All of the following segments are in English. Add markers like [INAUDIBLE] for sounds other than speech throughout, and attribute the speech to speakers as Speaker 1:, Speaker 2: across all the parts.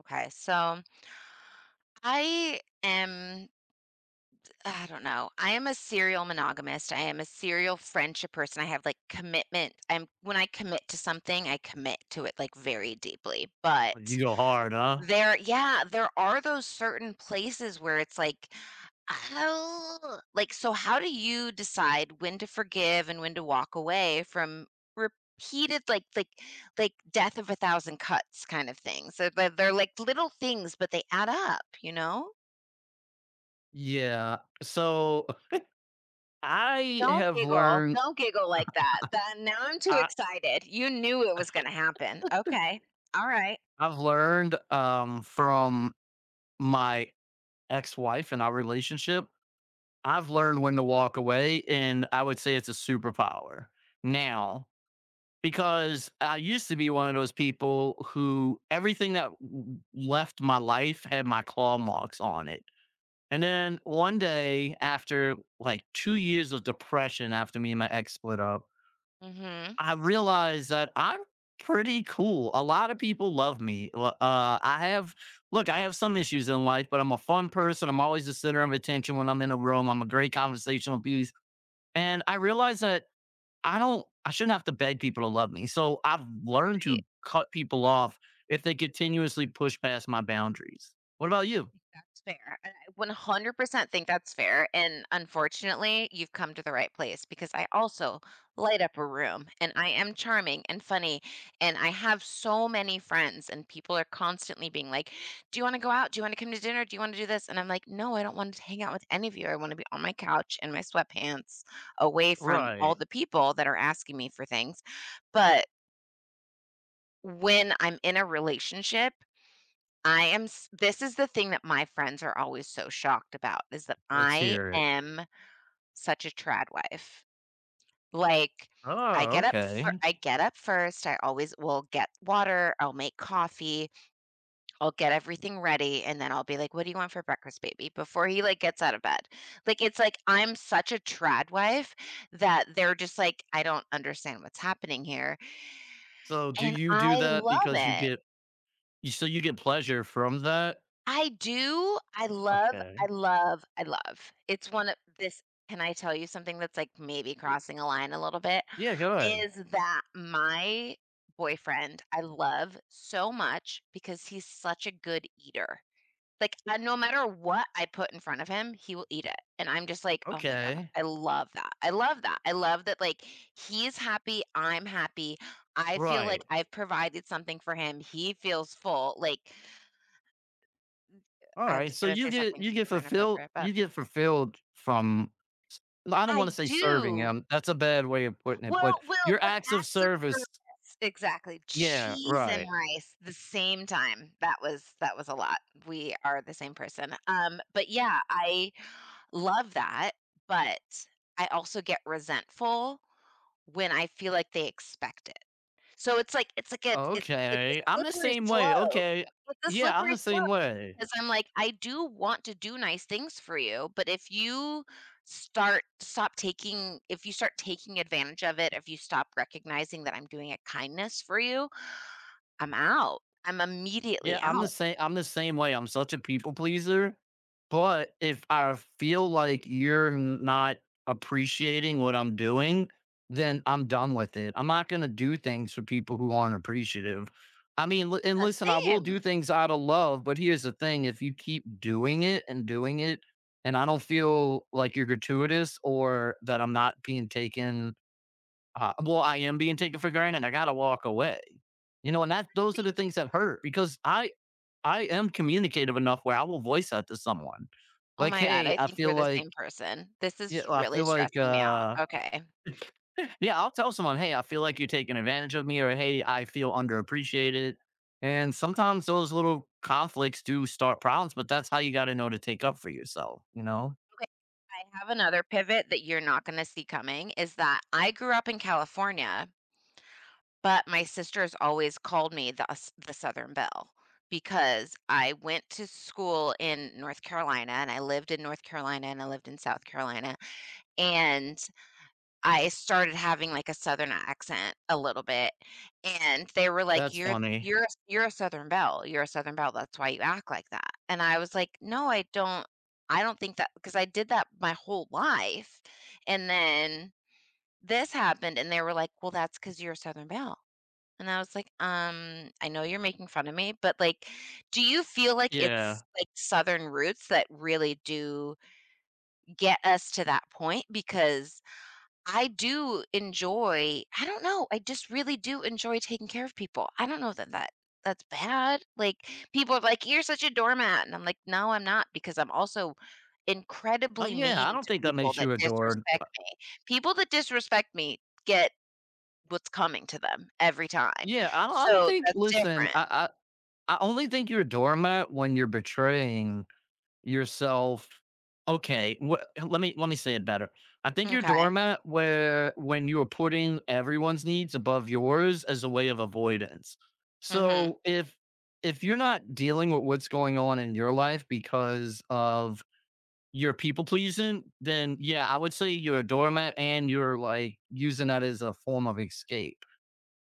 Speaker 1: Okay, so I am, I don't know, I am a serial monogamist. I am a serial friendship person. I have like commitment. I'm when I commit to something, I commit to it like very deeply.
Speaker 2: You
Speaker 1: But
Speaker 2: go hard, huh?
Speaker 1: there yeah, there are those certain places where it's like, "Oh," like, so how do you decide when to forgive and when to walk away from repeated, like like, death of a thousand cuts kind of things? So they're like little things, but they add up.
Speaker 2: Yeah. So I have learned
Speaker 1: Don't giggle like that. That now I'm too
Speaker 2: I
Speaker 1: excited. You knew it was gonna happen. Okay. Alright.
Speaker 2: I've learned from my ex-wife and our relationship. I've learned when to walk away and I would say it's a superpower. Now, because I used to be one of those people who everything that left my life had my claw marks on it. And then one day after like 2 years of depression after me and my ex split up,
Speaker 1: Mhm.
Speaker 2: I realize that I'm pretty cool. A lot of people love me. Look, I have some issues in life, but I'm a fun person. I'm always the center of attention when I'm in a room. I'm a great conversational piece. And I realize that I shouldn't have to beg people to love me. So I've learned
Speaker 1: Right.
Speaker 2: to cut people off if they continuously push past my boundaries. What about you?
Speaker 1: It's fair, and I 100% think that's fair. And unfortunately, you've come to the right place because I also light up a room, and I am charming and funny. And I have so many friends, and people are constantly being like, "Do you want to go out? Do you want to come to dinner? Do you want to do this?" And I'm like, "No, I don't want to hang out with any of you. I want to be on my couch in my sweatpants away from all
Speaker 2: Right.
Speaker 1: the people that are asking me for things." But when I'm in a relationship, I am s this is the thing that my friends are always so shocked about, is that
Speaker 2: Let's
Speaker 1: I
Speaker 2: hear it.
Speaker 1: am such a trad wife. Like, I
Speaker 2: Oh,
Speaker 1: get up fir
Speaker 2: okay.
Speaker 1: I get up first, I always will get water, I'll make coffee, I'll get everything ready, and then I'll be like, "What do you want for breakfast, baby?" Before he, like, gets out of bed. Like, it's like I'm such a trad wife that they're just like, "I don't understand what's happening here,"
Speaker 2: So do
Speaker 1: and
Speaker 2: you do
Speaker 1: I
Speaker 2: that
Speaker 1: love
Speaker 2: because you
Speaker 1: it.
Speaker 2: get, so you get pleasure from that?
Speaker 1: I do. I love,
Speaker 2: Okay.
Speaker 1: I love, I love. It's one of this. Can I tell you something that's like maybe crossing a line a little bit?
Speaker 2: Yeah, good.
Speaker 1: Is that my boyfriend I love so much because he's such a good eater. Like, no matter what I put in front of him, he will eat it. And I'm just like, oh my God,
Speaker 2: Okay.
Speaker 1: I love that. I love that. I love that, like, he's happy. I'm happy. I feel like
Speaker 2: Right.
Speaker 1: I've provided something for him. He feels full. Like, I was
Speaker 2: Alright, so
Speaker 1: gonna
Speaker 2: you
Speaker 1: say
Speaker 2: get
Speaker 1: something
Speaker 2: you get
Speaker 1: super
Speaker 2: fulfilled
Speaker 1: inappropriate, but
Speaker 2: you get fulfilled from I don't wanna
Speaker 1: I
Speaker 2: say serving
Speaker 1: do.
Speaker 2: him, that's a bad way of putting it, but
Speaker 1: Well,
Speaker 2: your
Speaker 1: but
Speaker 2: acts of
Speaker 1: acts of
Speaker 2: service.
Speaker 1: service. Exactly.
Speaker 2: Yeah,
Speaker 1: Cheese and
Speaker 2: right.
Speaker 1: rice the same time. That was a lot. We are the same person. But yeah, I love that, but I also get resentful when I feel like they expect it. So it's like a it's a
Speaker 2: Okay, I'm the
Speaker 1: slippery
Speaker 2: same way,
Speaker 1: slope.
Speaker 2: okay.
Speaker 1: It's a
Speaker 2: Yeah, I'm
Speaker 1: slippery
Speaker 2: the
Speaker 1: slope.
Speaker 2: same way.
Speaker 1: 'Cause I'm like, I do want to do nice things for you, but if you start stop taking if you start taking advantage of it, if you stop recognizing that I'm doing a kindness for you, I'm out. I'm
Speaker 2: Yeah,
Speaker 1: immediately
Speaker 2: I'm the
Speaker 1: out.
Speaker 2: same I'm the same way. I'm such a people pleaser, but if I feel like you're not appreciating what I'm doing, then I'm done with it. I'm not going to do things for people who aren't appreciative. I mean, and
Speaker 1: Uh,
Speaker 2: listen, I will do
Speaker 1: same.
Speaker 2: things out of love, but here's the thing, if you keep doing it and I don't feel like you're gratuitous or that I'm not being taken. Well,
Speaker 1: It-
Speaker 2: I am being taken for granted. I got to walk away, and that those are
Speaker 1: see,
Speaker 2: the
Speaker 1: it's
Speaker 2: things that hurt because I am communicative enough where I will voice that to someone.
Speaker 1: oh
Speaker 2: Like,
Speaker 1: my god,
Speaker 2: "Hey,
Speaker 1: I
Speaker 2: I
Speaker 1: think
Speaker 2: feel
Speaker 1: we're the
Speaker 2: like,"
Speaker 1: same person. This
Speaker 2: yeah,
Speaker 1: is
Speaker 2: I
Speaker 1: really
Speaker 2: feel like,
Speaker 1: stressing me out. Okay.
Speaker 2: yeah, I'll tell someone, "Hey, I feel like you're taking advantage of me," or, "Hey, I feel underappreciated." And sometimes those little conflicts do start problems, but that's how you gotta know to take up for yourself, you know?
Speaker 1: Okay, I have another pivot that you're not going to see coming is that I grew up in California, but my sisters always called me the Southern Belle because I went to school in North Carolina, and I lived in North Carolina, and I lived in South Carolina, and I started having, like, a Southern accent a little bit, and they were like,
Speaker 2: That's
Speaker 1: "You're
Speaker 2: funny.
Speaker 1: you're you're a Southern Belle. You're a Southern Belle. That's why you act like that." And I was like, "No, I don't think that," because I did that my whole life, and then this happened, and they were like, "Well, that's because 'cause you're a Southern Belle." And I was like, I know you're making fun of me, but like, do you feel like
Speaker 2: Yeah.
Speaker 1: it's like Southern roots that really do get us to that point? Because I do enjoy, I don't know, I just really do enjoy taking care of people. I don't know that that's bad. Like, people are like, "You're such a doormat." And I'm like, "No, I'm not, because I'm also
Speaker 2: Uh,
Speaker 1: incredibly mean
Speaker 2: yeah, I don't
Speaker 1: to
Speaker 2: think that
Speaker 1: people
Speaker 2: makes
Speaker 1: that
Speaker 2: you adored.
Speaker 1: disrespect me." People that disrespect me get what's coming to them every time.
Speaker 2: Yeah, I don't
Speaker 1: So
Speaker 2: think.
Speaker 1: that's
Speaker 2: Listen,
Speaker 1: different.
Speaker 2: I only think you're a doormat when you're betraying yourself. Okay, what let me say it better. I think you're
Speaker 1: Okay.
Speaker 2: doormat where when you are putting everyone's needs above yours as a way of avoidance.
Speaker 1: Mhm.
Speaker 2: So, if you're not dealing with what's going on in your life because of your people pleasing, then yeah, I would say you're a doormat and you're, like, using that as a form of escape,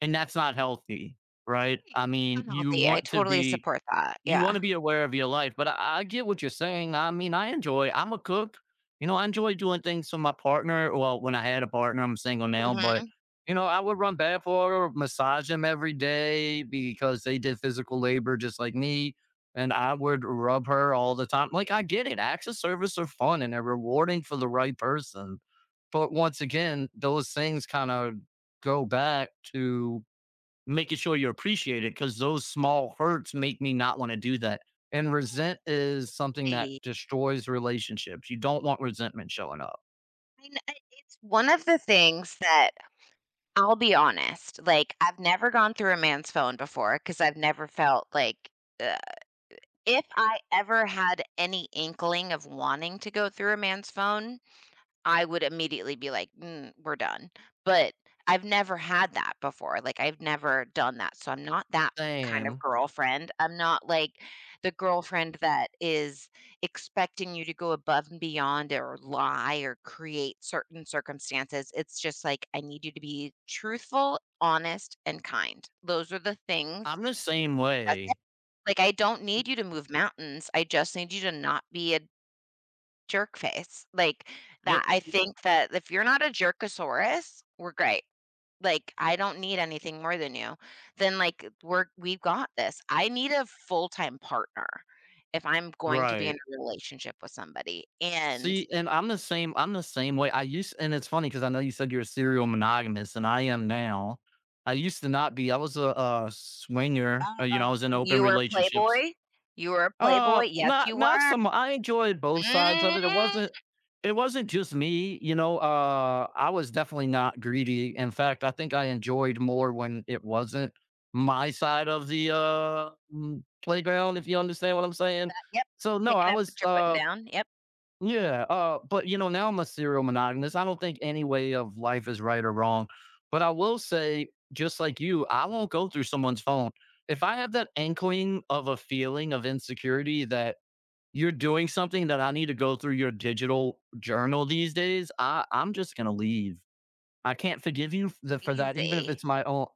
Speaker 2: and that's not healthy, right?
Speaker 1: Right.
Speaker 2: I mean, you
Speaker 1: Unhealthy. I
Speaker 2: want to
Speaker 1: totally
Speaker 2: be
Speaker 1: support that.
Speaker 2: you
Speaker 1: Yeah.
Speaker 2: wanna be aware of your life, but I get what you're saying. I mean, I'm a cook. You know, I enjoy doing things for my partner. Well, when I had a partner, I'm single now, but,
Speaker 1: Mhm.
Speaker 2: I would run bath for her, massage them every day because they did physical labor just like me, and I would rub her all the time. Like, I get it. Acts of service are fun and they're rewarding for the right person. But once again, those things kinda go back to making sure you appreciate it because those small hurts make me not want to do that. And
Speaker 1: No
Speaker 2: resent is something that
Speaker 1: way.
Speaker 2: destroys relationships. You don't want resentment showing up.
Speaker 1: I mean, I it's one of the things that I'll be honest, like, I've never gone through a man's phone before because 'cause I've never felt like, uh if I ever had any inkling of wanting to go through a man's phone, I would immediately be like, "Mm, we're done." But I've never had that before. Like, I've never done that. So I'm not that kind of
Speaker 2: Same.
Speaker 1: girlfriend. I'm not like the girlfriend that is expecting you to go above and beyond or lie or create certain circumstances. It's just like, I need you to be truthful, honest, and kind. Those are the things.
Speaker 2: I'm the same
Speaker 1: That's it.
Speaker 2: way.
Speaker 1: Like, I don't need you to move mountains. I just need you to not be a jerk face. Like that
Speaker 2: Yep.
Speaker 1: I think that if you're not a jerkosaurus, we're great. Like I don't need anything more than you. Then like we've got this. I need a full-time partner if I'm going to be in
Speaker 2: Right.
Speaker 1: a relationship with somebody. And
Speaker 2: See, and I'm the same. I'm the same way. And it's funny because I know you said you're a serial monogamist, and I am now. I used to not be. I was a swinger. I was in
Speaker 1: uh-oh,
Speaker 2: open
Speaker 1: you were a [LAUGHS]
Speaker 2: relationships.
Speaker 1: playboy? You were a
Speaker 2: Uh,
Speaker 1: playboy? Yes,
Speaker 2: not
Speaker 1: you
Speaker 2: not
Speaker 1: were.
Speaker 2: some, I enjoyed both sides
Speaker 1: Mm,
Speaker 2: of it. It wasn't, it wasn't just me, you know. I was definitely not greedy. In fact, I think I enjoyed more when it wasn't my side of the playground, if you understand what I'm saying.
Speaker 1: yep.
Speaker 2: So
Speaker 1: I'm
Speaker 2: no,
Speaker 1: picking
Speaker 2: I
Speaker 1: up
Speaker 2: was,
Speaker 1: what you're putting down. Yep.
Speaker 2: yeah, but, now I'm a serial monogamous. I don't think any way of life is right or wrong. But I will say, just like you, I won't go through someone's phone. If I have that inkling of a feeling of insecurity that you're doing something that I need to go through your digital journal these days. I'm just gonna leave. I can't forgive you f the for that, even if
Speaker 1: Easy.
Speaker 2: it's my own.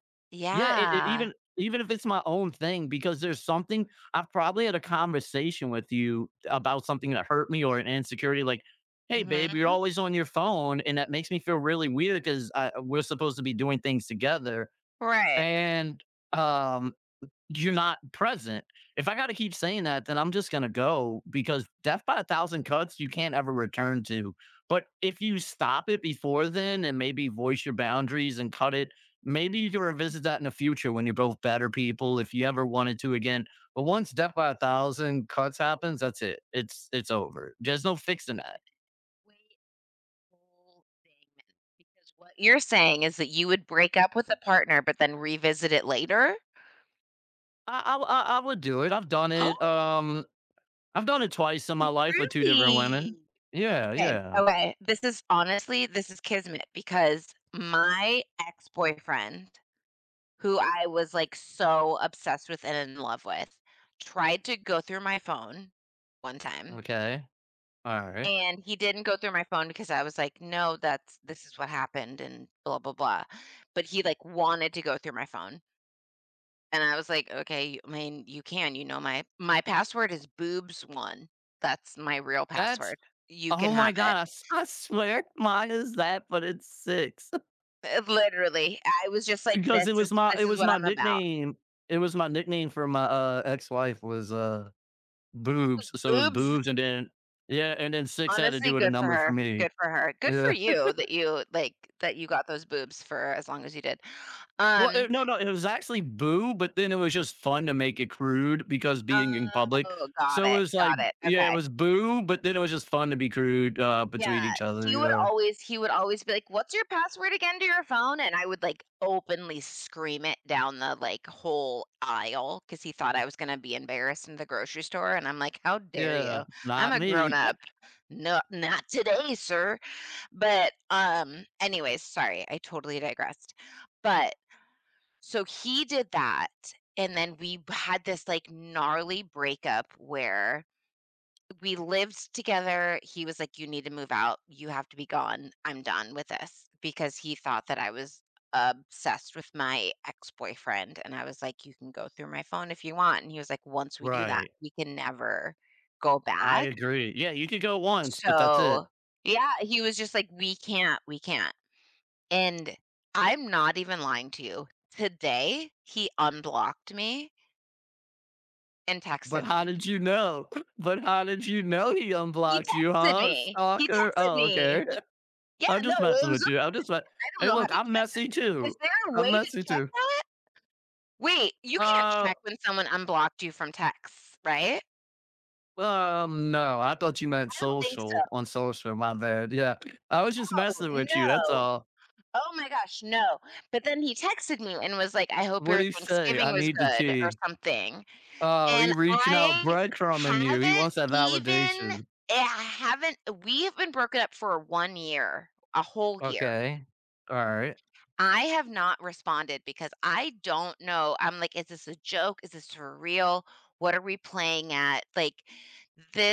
Speaker 2: Yeah, e e
Speaker 1: Yeah.
Speaker 2: even even if it's my own thing, because there's something I've probably had a conversation with you about something that hurt me or an insecurity, like, "Hey, babe, you're
Speaker 1: Mhm.
Speaker 2: always on your phone, and that makes me feel really weird because we're supposed to be doing things together."
Speaker 1: Right.
Speaker 2: And, um, you're not present. If I got to keep saying that, then I'm just going to go because death by a thousand cuts, you can't ever return to. But if you stop it before then and maybe voice your boundaries and cut it, maybe you can revisit that in the future when you're both better people if you ever wanted to again. But once death by a thousand cuts happens, that's it. It's over. There's no fixing that.
Speaker 1: Whole thing because what you're saying is that you would break up with a partner but then revisit it later?
Speaker 2: I would do it. I've done
Speaker 1: [GASPS] Oh,
Speaker 2: it. I've done it twice in my life with two different women.
Speaker 1: really?
Speaker 2: Yeah,
Speaker 1: Okay,
Speaker 2: yeah.
Speaker 1: okay. This is honestly, this is kismet because my ex-boyfriend, who I was like so obsessed with and in love with, tried to go through my phone one time.
Speaker 2: Okay. All right.
Speaker 1: And he didn't go through my phone because I was like, "No, that's this is what happened and blah blah blah." But he like wanted to go through my phone. And I was like, "Okay, I mean, you can, you know, my password is boobs1. That's my real
Speaker 2: That's
Speaker 1: password. You can
Speaker 2: Oh my
Speaker 1: have it."
Speaker 2: god, [LAUGHS] I swear mine is that, but it's 6 [LAUGHS]
Speaker 1: [LAUGHS] Literally, I was just like,
Speaker 2: because it was my
Speaker 1: This
Speaker 2: it
Speaker 1: is
Speaker 2: was
Speaker 1: what
Speaker 2: my
Speaker 1: I'm about."
Speaker 2: nickname it was my nickname for my, ex-wife was,
Speaker 1: 'Cause
Speaker 2: Boobs, so it was
Speaker 1: boobs
Speaker 2: Boobs and then yeah, and then 6 had to
Speaker 1: honestly,
Speaker 2: do with a
Speaker 1: good for
Speaker 2: number for
Speaker 1: her,
Speaker 2: me.
Speaker 1: good for her. Good for
Speaker 2: Yeah.
Speaker 1: you that you, like, that you got those boobs for as long as you did.
Speaker 2: Well,
Speaker 1: Um,
Speaker 2: it no, no, it was actually Boo, but then it was just fun to make it crude because being in public.
Speaker 1: oh,
Speaker 2: So it was like
Speaker 1: got it,
Speaker 2: yeah, it
Speaker 1: okay.
Speaker 2: was Boo, but then it was just fun to be crude, between
Speaker 1: Yeah,
Speaker 2: each other, you know?
Speaker 1: he would always be like, "What's your password again to your phone?" And I would, like, openly scream it down the, like, whole aisle because he thought I was gonna be embarrassed in the grocery store, and I'm like, "How dare
Speaker 2: Yeah,
Speaker 1: you? I'm
Speaker 2: not
Speaker 1: a grown
Speaker 2: me.
Speaker 1: up. No, not today, sir." But, anyways, sorry, I totally digressed. But so he did that, and then we had this, like, gnarly breakup where we lived together. He was like, "You need to move out. You have to be gone. I'm done with this," because he thought that I was obsessed with my ex boyfriend. And I was like, "You can go through my phone if you want." And he was like, "Once
Speaker 2: [LAUGHS]
Speaker 1: we do that,
Speaker 2: Right.
Speaker 1: we can never go
Speaker 2: I
Speaker 1: back."
Speaker 2: agree. Yeah, you could go once, but that's it.
Speaker 1: So, yeah, he was just like, "We can't, we can't." And I'm not even lying to you. Today, he unblocked me and texted
Speaker 2: But how
Speaker 1: me.
Speaker 2: did you know? [LAUGHS] But how did you know he
Speaker 1: He
Speaker 2: unblocked you,
Speaker 1: texted
Speaker 2: huh,
Speaker 1: me. He
Speaker 2: stalker?
Speaker 1: texted
Speaker 2: Oh,
Speaker 1: me.
Speaker 2: okay.
Speaker 1: Yeah,
Speaker 2: [LAUGHS] I'm
Speaker 1: no,
Speaker 2: just
Speaker 1: it
Speaker 2: messing
Speaker 1: was
Speaker 2: with you. I'm just me
Speaker 1: I don't
Speaker 2: Hey,
Speaker 1: know how
Speaker 2: look,
Speaker 1: to
Speaker 2: I'm
Speaker 1: check that.
Speaker 2: messy too.
Speaker 1: Is there a
Speaker 2: I'm
Speaker 1: way to
Speaker 2: messy
Speaker 1: check
Speaker 2: too.
Speaker 1: that? Wait, you can't
Speaker 2: Uh,
Speaker 1: check when someone unblocked you from texts, right?
Speaker 2: no, I thought you meant
Speaker 1: I don't think so.
Speaker 2: social on social, my bad. Yeah, I was just
Speaker 1: Oh
Speaker 2: messing with you, that's
Speaker 1: no.
Speaker 2: all.
Speaker 1: Oh my gosh, no. But then he texted me and was like, "I hope
Speaker 2: What
Speaker 1: your
Speaker 2: do you say?
Speaker 1: Thanksgiving
Speaker 2: "I
Speaker 1: was
Speaker 2: need the
Speaker 1: good," or
Speaker 2: tea."
Speaker 1: something.
Speaker 2: Oh,
Speaker 1: And
Speaker 2: he reaching out,
Speaker 1: I
Speaker 2: breadcrumbing you. He
Speaker 1: haven't
Speaker 2: wants that
Speaker 1: even
Speaker 2: validation.
Speaker 1: I haven't we have been broken up for 1 year, a whole year.
Speaker 2: Okay. Alright.
Speaker 1: I have not responded because I don't know. I'm like, is this a joke? Is this for real? What are we playing at? Like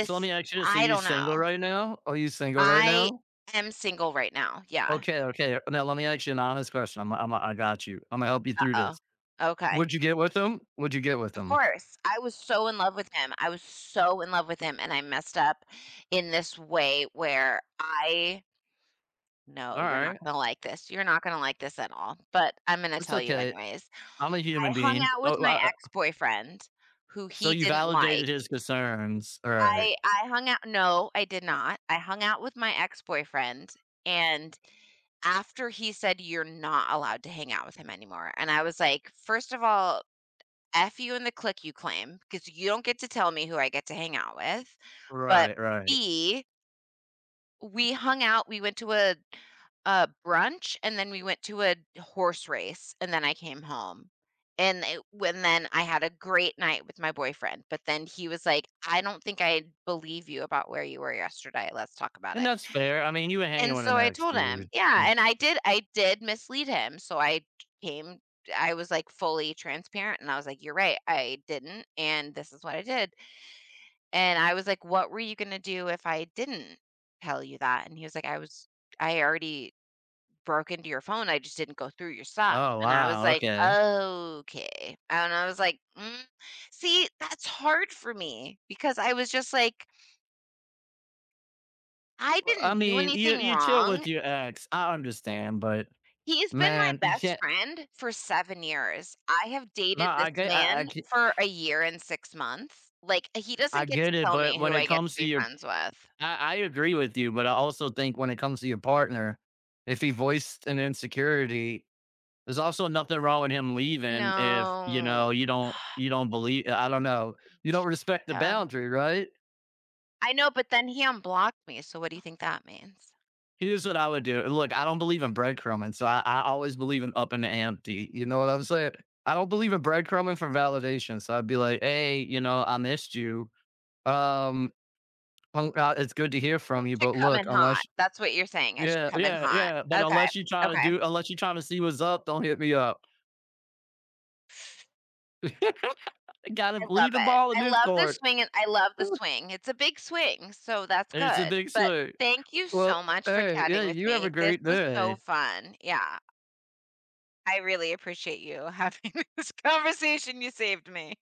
Speaker 2: So let me ask you this. Are
Speaker 1: I
Speaker 2: you
Speaker 1: don't
Speaker 2: single
Speaker 1: know.
Speaker 2: right now? Are you single right
Speaker 1: I
Speaker 2: now?
Speaker 1: am single right now. Yeah.
Speaker 2: Okay, okay. Now let me ask you an honest question. I got you. I'm gonna help you through
Speaker 1: Uh-oh.
Speaker 2: this.
Speaker 1: Okay.
Speaker 2: Would you get with them? Would you get with
Speaker 1: Of
Speaker 2: them?
Speaker 1: course. I was so in love with him. I was so in love with him and I messed up in this way where I no,
Speaker 2: All
Speaker 1: you're not
Speaker 2: right.
Speaker 1: going to like this. You're not going to like this at all. But I'm going to
Speaker 2: It's
Speaker 1: tell you
Speaker 2: okay.
Speaker 1: anyways.
Speaker 2: I'm a human
Speaker 1: I hung
Speaker 2: being.
Speaker 1: out with
Speaker 2: Oh,
Speaker 1: my ex-boyfriend who
Speaker 2: so
Speaker 1: he
Speaker 2: you
Speaker 1: didn't like
Speaker 2: validated his concerns. All right.
Speaker 1: I hung out no, I did not. I hung out with my ex-boyfriend, and after he said, "You're not allowed to hang out with him anymore," and I was like, first of all, F you and the clique you claim, because you don't get to tell me who I get to hang out with, but
Speaker 2: Right, right.
Speaker 1: B, we hung out, we went to a brunch, and then we went to a horse race, and then I came home. And it when then I had a great night with my boyfriend, but then he was like, "I don't think I believe you about where you were yesterday. Let's talk about
Speaker 2: And
Speaker 1: it."
Speaker 2: that's fair. I mean, you were hanging
Speaker 1: And
Speaker 2: with
Speaker 1: so
Speaker 2: an
Speaker 1: I
Speaker 2: ex,
Speaker 1: told him,
Speaker 2: dude.
Speaker 1: yeah,
Speaker 2: Mm.
Speaker 1: and I did mislead him. So I came I was like fully transparent and I was like, "You're right. I didn't and this is what I did." And I was like, "What were you gonna do if I didn't tell you that?" And he was like, "I was I already broke into your phone, I just didn't go through your stuff."
Speaker 2: Oh,
Speaker 1: And I was
Speaker 2: wow.
Speaker 1: like,
Speaker 2: Okay.
Speaker 1: "Okay." And I was like, "Mm." See, that's hard for me because I was just like, "I
Speaker 2: Well, I
Speaker 1: didn't do
Speaker 2: mean, you
Speaker 1: anything
Speaker 2: you chill
Speaker 1: wrong."
Speaker 2: with your ex. I understand, but
Speaker 1: He's been my
Speaker 2: man, you
Speaker 1: best
Speaker 2: can't.
Speaker 1: friend for 7 years. I have
Speaker 2: No,
Speaker 1: dated this
Speaker 2: I get, I, I
Speaker 1: man
Speaker 2: get,
Speaker 1: for a year and 6 months. Like, he
Speaker 2: I
Speaker 1: doesn't get to
Speaker 2: get it.
Speaker 1: tell
Speaker 2: But
Speaker 1: me
Speaker 2: when
Speaker 1: who I
Speaker 2: it
Speaker 1: get to
Speaker 2: comes to
Speaker 1: be
Speaker 2: your,
Speaker 1: friends with.
Speaker 2: I agree with you, but I also think when it comes to your partner, if he voiced an insecurity, there's also nothing wrong with him leaving if you
Speaker 1: No.
Speaker 2: know you don't believe, I don't know, you don't respect the
Speaker 1: Yeah.
Speaker 2: boundary, right?
Speaker 1: I know, but then he unblocked me, so what do you think that means?
Speaker 2: Here's what I would do. Look, I don't believe in breadcrumbing, so I always believe in up and empty. You know what I'm saying? I don't believe in breadcrumbing for validation, so I'd be like, hey, you know, I missed you. Um, it's good to hear
Speaker 1: So I
Speaker 2: from you,
Speaker 1: should
Speaker 2: but
Speaker 1: come
Speaker 2: look,
Speaker 1: in hot.
Speaker 2: unless.
Speaker 1: That's what you're saying, I should
Speaker 2: Yeah,
Speaker 1: come in
Speaker 2: yeah,
Speaker 1: hot.
Speaker 2: yeah, but
Speaker 1: Okay,
Speaker 2: unless you try to
Speaker 1: okay.
Speaker 2: do unless you trying to see what's up, don't hit me up. I gotta
Speaker 1: I love
Speaker 2: leave the
Speaker 1: it.
Speaker 2: ball in this Discord.
Speaker 1: I love the
Speaker 2: [LAUGHS]
Speaker 1: swing. It's a big swing, so that's
Speaker 2: It's a
Speaker 1: good,
Speaker 2: big
Speaker 1: but
Speaker 2: thing.
Speaker 1: thank you so
Speaker 2: Well,
Speaker 1: much for
Speaker 2: hey, yeah,
Speaker 1: chatting with
Speaker 2: you have
Speaker 1: me.
Speaker 2: a
Speaker 1: This
Speaker 2: great
Speaker 1: was so
Speaker 2: day.
Speaker 1: fun. Yeah, I really appreciate you having [LAUGHS] this conversation, you saved me.